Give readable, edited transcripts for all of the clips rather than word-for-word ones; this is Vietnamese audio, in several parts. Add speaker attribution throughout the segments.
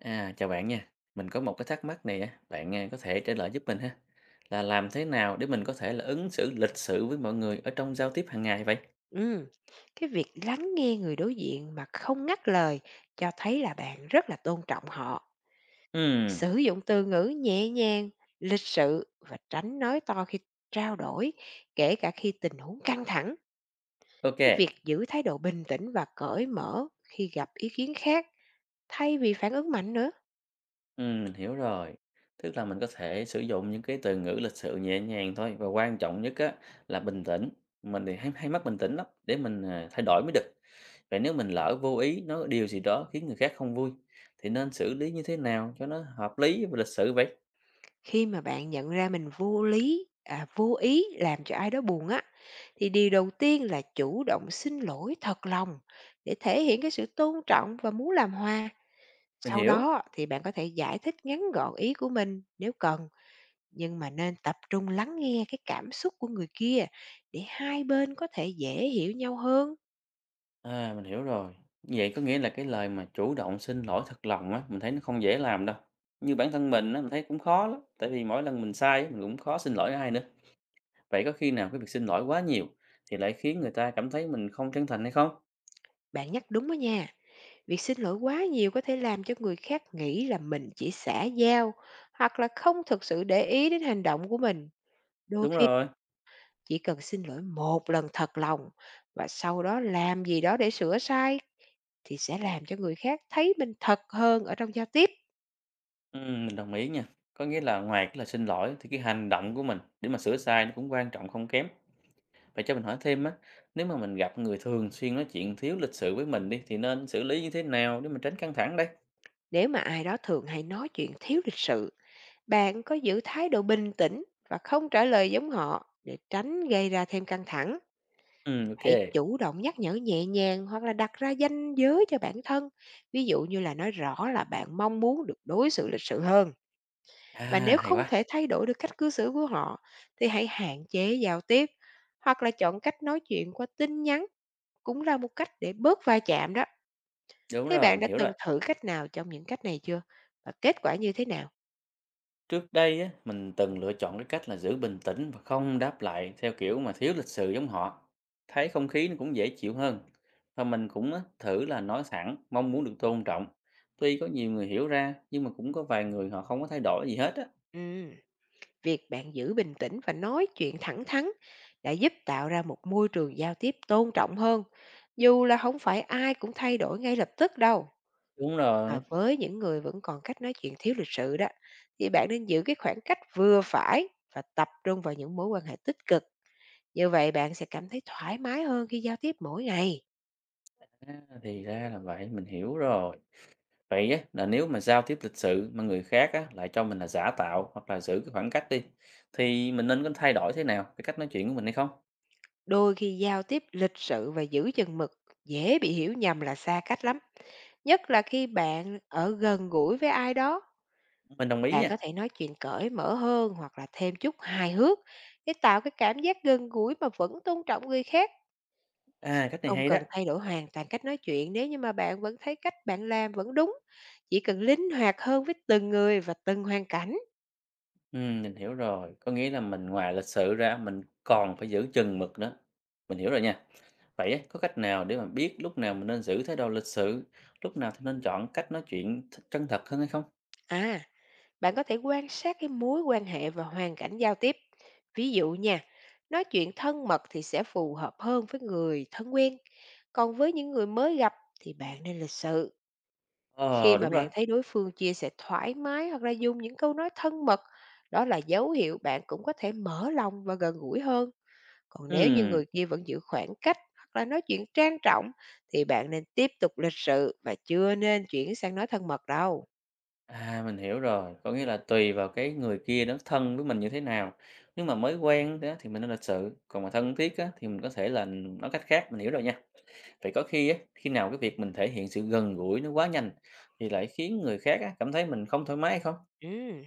Speaker 1: À, chào bạn nha. Mình có một cái thắc mắc này á, bạn à, có thể trả lời giúp mình ha. Là làm thế nào để mình có thể là ứng xử lịch sự với mọi người ở trong giao tiếp hàng ngày vậy?
Speaker 2: Ừm, cái việc lắng nghe người đối diện mà không ngắt lời cho thấy là bạn rất là tôn trọng họ.
Speaker 1: Ừm,
Speaker 2: Sử dụng từ ngữ nhẹ nhàng, lịch sự và tránh nói to khi trao đổi, kể cả khi tình huống căng thẳng.
Speaker 1: ok.
Speaker 2: Việc giữ thái độ bình tĩnh và cởi mở khi gặp ý kiến khác thay vì phản ứng mạnh nữa.
Speaker 1: Mình hiểu rồi. Tức là mình có thể sử dụng những cái từ ngữ lịch sự nhẹ nhàng thôi và quan trọng nhất á là bình tĩnh. Mình thì hay mắc bình tĩnh lắm để mình thay đổi mới được. Vậy nếu mình lỡ vô ý nói cái điều gì đó khiến người khác không vui thì nên xử lý như thế nào cho nó hợp lý và lịch sự vậy?
Speaker 2: Khi mà bạn nhận ra mình vô ý làm cho ai đó buồn á, thì điều đầu tiên là chủ động xin lỗi thật lòng để thể hiện cái sự tôn trọng và muốn làm hòa.
Speaker 1: Mình
Speaker 2: Sau
Speaker 1: hiểu.
Speaker 2: đó thì bạn có thể giải thích ngắn gọn ý của mình nếu cần, nhưng mà nên tập trung lắng nghe cái cảm xúc của người kia để hai bên có thể dễ hiểu nhau hơn.
Speaker 1: À, mình hiểu rồi. Vậy có nghĩa là cái lời mà chủ động xin lỗi thật lòng á, mình thấy nó không dễ làm đâu. Như bản thân mình á, mình thấy cũng khó lắm. Tại vì mỗi lần mình sai á, mình cũng khó xin lỗi ai nữa. Vậy có khi nào cái việc xin lỗi quá nhiều thì lại khiến người ta cảm thấy mình không chân thành hay không?
Speaker 2: Bạn nhắc đúng đó nha. Việc xin lỗi quá nhiều có thể làm cho người khác nghĩ là mình chỉ xả dao hoặc là không thực sự để ý đến hành động của mình. Đôi
Speaker 1: Đúng
Speaker 2: khi
Speaker 1: rồi.
Speaker 2: chỉ cần xin lỗi một lần thật lòng và sau đó làm gì đó để sửa sai thì sẽ làm cho người khác thấy mình thật hơn ở trong giao tiếp.
Speaker 1: Ừ, mình đồng ý nha. Có nghĩa là ngoài cái lời xin lỗi thì cái hành động của mình để mà sửa sai nó cũng quan trọng không kém. Vậy cho mình hỏi thêm á, nếu mà mình gặp người thường xuyên nói chuyện thiếu lịch sự với mình đi thì nên xử lý như thế nào để mà tránh căng thẳng đây?
Speaker 2: Nếu mà ai đó thường hay nói chuyện thiếu lịch sự, bạn có giữ thái độ bình tĩnh và không trả lời giống họ để tránh gây ra thêm căng thẳng.
Speaker 1: Ừ, ok.
Speaker 2: Hãy chủ động nhắc nhở nhẹ nhàng hoặc là đặt ra danh giới cho bản thân. Ví dụ như là nói rõ là bạn mong muốn được đối xử lịch sự hơn. Và
Speaker 1: À,
Speaker 2: nếu
Speaker 1: hay
Speaker 2: không
Speaker 1: quá.
Speaker 2: thể thay đổi được cách cư xử của họ thì hãy hạn chế giao tiếp hoặc là chọn cách nói chuyện qua tin nhắn cũng là một cách để bớt va chạm đó.
Speaker 1: Đúng
Speaker 2: Thế
Speaker 1: rồi,
Speaker 2: bạn
Speaker 1: mình
Speaker 2: đã
Speaker 1: hiểu rồi.
Speaker 2: từng thử cách nào trong những cách này chưa? Và kết quả như thế nào?
Speaker 1: Trước đây á, mình từng lựa chọn cái cách là giữ bình tĩnh và không đáp lại theo kiểu mà thiếu lịch sự giống họ. Thấy không khí nó cũng dễ chịu hơn. Và mình cũng á, thử là nói thẳng, mong muốn được tôn trọng. Tuy có nhiều người hiểu ra, nhưng mà cũng có vài người họ không có thay đổi gì hết á.
Speaker 2: Ừm, việc bạn giữ bình tĩnh và nói chuyện thẳng thắn đã giúp tạo ra một môi trường giao tiếp tôn trọng hơn. Dù là không phải ai cũng thay đổi ngay lập tức đâu.
Speaker 1: Đúng rồi,
Speaker 2: Mà với những người vẫn còn cách nói chuyện thiếu lịch sự đó, thì bạn nên giữ cái khoảng cách vừa phải và tập trung vào những mối quan hệ tích cực. Như vậy bạn sẽ cảm thấy thoải mái hơn khi giao tiếp mỗi ngày.
Speaker 1: thì ra là vậy, mình hiểu rồi. Vậy á, là nếu mà giao tiếp lịch sự mà người khác á, lại cho mình là giả tạo hoặc là giữ cái khoảng cách đi, thì mình nên có thay đổi thế nào, cái cách nói chuyện của mình hay không?
Speaker 2: Đôi khi giao tiếp lịch sự và giữ chừng mực dễ bị hiểu nhầm là xa cách lắm. Nhất là khi bạn ở gần gũi với ai đó,
Speaker 1: Mình đồng ý
Speaker 2: bạn có
Speaker 1: nha.
Speaker 2: thể nói chuyện cởi mở hơn hoặc là thêm chút hài hước để tạo cái cảm giác gần gũi mà vẫn tôn trọng người khác.
Speaker 1: À, cách này
Speaker 2: Không
Speaker 1: hay đó.
Speaker 2: cần thay đổi hoàn toàn cách nói chuyện nếu như mà bạn vẫn thấy cách bạn làm vẫn đúng, chỉ cần linh hoạt hơn với từng người và từng hoàn cảnh.
Speaker 1: Mình hiểu rồi, có nghĩa là mình ngoài lịch sự ra mình còn phải giữ chừng mực nữa. Mình hiểu rồi nha. Vậy á, có cách nào để mà biết lúc nào mình nên giữ thái độ lịch sự, lúc nào thì nên chọn cách nói chuyện chân thật hơn hay không?
Speaker 2: À, bạn có thể quan sát cái mối quan hệ và hoàn cảnh giao tiếp. Ví dụ nha, nói chuyện thân mật thì sẽ phù hợp hơn với người thân quen, còn với những người mới gặp thì bạn nên lịch sự. Khi
Speaker 1: Ờ,
Speaker 2: mà
Speaker 1: đúng rồi.
Speaker 2: bạn thấy đối phương chia sẻ thoải mái hoặc là dùng những câu nói thân mật, đó là dấu hiệu bạn cũng có thể mở lòng và gần gũi hơn. Còn nếu như
Speaker 1: Ừm,
Speaker 2: người kia vẫn giữ khoảng cách hoặc là nói chuyện trang trọng thì bạn nên tiếp tục lịch sự và chưa nên chuyển sang nói thân mật đâu.
Speaker 1: mình hiểu rồi, có nghĩa là tùy vào cái người kia đó thân với mình như thế nào. Nếu mà mới quen đó thì mình nên lịch sự, còn mà thân thiết á thì mình có thể là nói cách khác, mình hiểu rồi nha. Vậy khi nào cái việc mình thể hiện sự gần gũi nó quá nhanh thì lại khiến người khác á cảm thấy mình không thoải mái hay không?
Speaker 2: Ừm,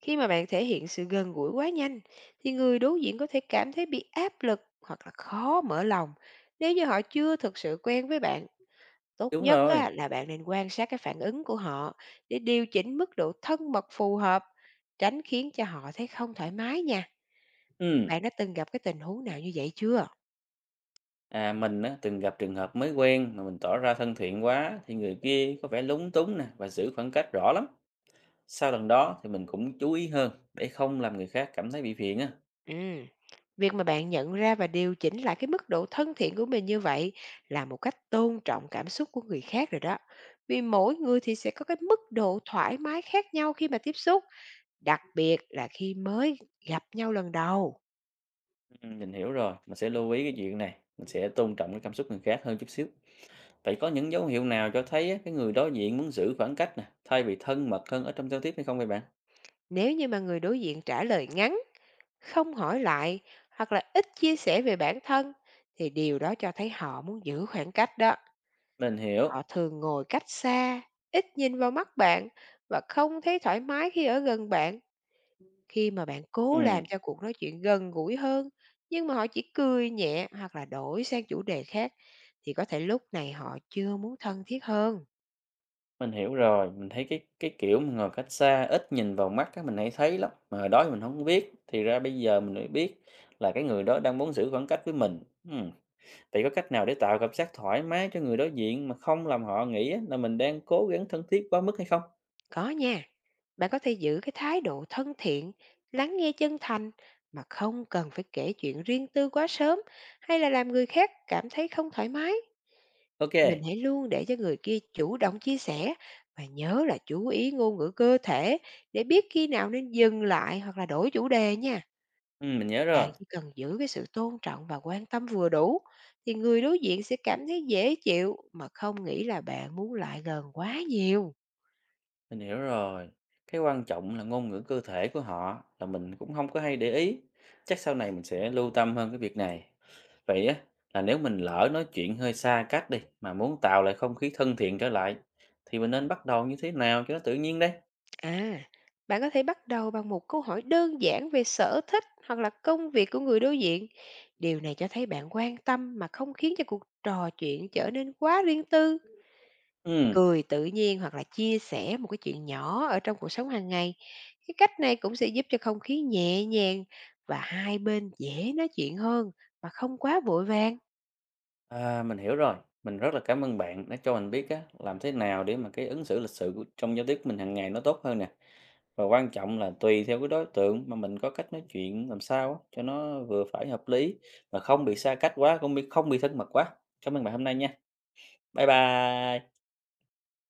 Speaker 2: Khi mà bạn thể hiện sự gần gũi quá nhanh thì người đối diện có thể cảm thấy bị áp lực hoặc là khó mở lòng nếu như họ chưa thực sự quen với bạn. Tốt
Speaker 1: Đúng
Speaker 2: nhất
Speaker 1: rồi,
Speaker 2: á, là bạn nên quan sát cái phản ứng của họ để điều chỉnh mức độ thân mật phù hợp, tránh khiến cho họ thấy không thoải mái nha.
Speaker 1: ừm,
Speaker 2: Bạn đã từng gặp cái tình huống nào như vậy chưa?
Speaker 1: mình á, từng gặp trường hợp mới quen mà mình tỏ ra thân thiện quá thì người kia có vẻ lúng túng nè và giữ khoảng cách rõ lắm. Sau lần đó thì mình cũng chú ý hơn để không làm người khác cảm thấy bị phiền á.
Speaker 2: Ừm, việc mà bạn nhận ra và điều chỉnh lại cái mức độ thân thiện của mình như vậy là một cách tôn trọng cảm xúc của người khác rồi đó. Vì mỗi người thì sẽ có cái mức độ thoải mái khác nhau khi mà tiếp xúc, đặc biệt là khi mới gặp nhau lần đầu.
Speaker 1: Mình hiểu rồi, mình sẽ lưu ý cái chuyện này, mình sẽ tôn trọng cái cảm xúc người khác hơn chút xíu. Vậy có những dấu hiệu nào cho thấy á, cái người đối diện muốn giữ khoảng cách nè, thay vì thân mật hơn ở trong giao tiếp hay không vậy bạn?
Speaker 2: Nếu như mà người đối diện trả lời ngắn, không hỏi lại hoặc là ít chia sẻ về bản thân thì điều đó cho thấy họ muốn giữ khoảng cách đó.
Speaker 1: Mình hiểu.
Speaker 2: Họ thường ngồi cách xa, ít nhìn vào mắt bạn và không thấy thoải mái khi ở gần bạn. Khi mà bạn cố
Speaker 1: Ừm.
Speaker 2: làm cho cuộc nói chuyện gần gũi hơn, nhưng mà họ chỉ cười nhẹ hoặc là đổi sang chủ đề khác thì có thể lúc này họ chưa muốn thân thiết hơn.
Speaker 1: Mình hiểu rồi, mình thấy cái kiểu mà ngồi cách xa, ít nhìn vào mắt á, mình hay thấy lắm, mà hồi đó thì mình không biết, thì ra bây giờ mình mới biết là cái người đó đang muốn giữ khoảng cách với mình. Ừm, vậy có cách nào để tạo cảm giác thoải mái cho người đối diện mà không làm họ nghĩ á là mình đang cố gắng thân thiết quá mức hay không?
Speaker 2: Có nha. Bạn có thể giữ cái thái độ thân thiện, lắng nghe chân thành mà không cần phải kể chuyện riêng tư quá sớm hay là làm người khác cảm thấy không thoải mái.
Speaker 1: OK kê,
Speaker 2: Mình hãy luôn để cho người kia chủ động chia sẻ và nhớ là chú ý ngôn ngữ cơ thể để biết khi nào nên dừng lại hoặc là đổi chủ đề nha.
Speaker 1: mình nhớ rồi,
Speaker 2: Bạn chỉ cần giữ cái sự tôn trọng và quan tâm vừa đủ thì người đối diện sẽ cảm thấy dễ chịu mà không nghĩ là bạn muốn lại gần quá nhiều.
Speaker 1: mình hiểu rồi. Cái quan trọng là ngôn ngữ cơ thể của họ là mình cũng không có hay để ý, chắc sau này mình sẽ lưu tâm hơn cái việc này. Vậy á, là nếu mình lỡ nói chuyện hơi xa cách đi, mà muốn tạo lại không khí thân thiện trở lại, thì mình nên bắt đầu như thế nào cho nó tự nhiên đây?
Speaker 2: À, bạn có thể bắt đầu bằng một câu hỏi đơn giản về sở thích hoặc là công việc của người đối diện. Điều này cho thấy bạn quan tâm mà không khiến cho cuộc trò chuyện trở nên quá riêng tư.
Speaker 1: Ừm,
Speaker 2: Cười tự nhiên hoặc là chia sẻ một cái chuyện nhỏ ở trong cuộc sống hàng ngày. Cái cách này cũng sẽ giúp cho không khí nhẹ nhàng và hai bên dễ nói chuyện hơn mà không quá vội vàng.
Speaker 1: mình hiểu rồi. Mình rất là cảm ơn bạn đã cho mình biết á, làm thế nào để mà cái ứng xử lịch sự của- trong giao tiếp của mình hàng ngày nó tốt hơn nè. Và quan trọng là tùy theo cái đối tượng mà mình có cách nói chuyện làm sao á, cho nó vừa phải hợp lý, mà không bị xa cách quá, cũng bị không bị thân mật quá. Cảm ơn bạn hôm nay nha. Bye bye.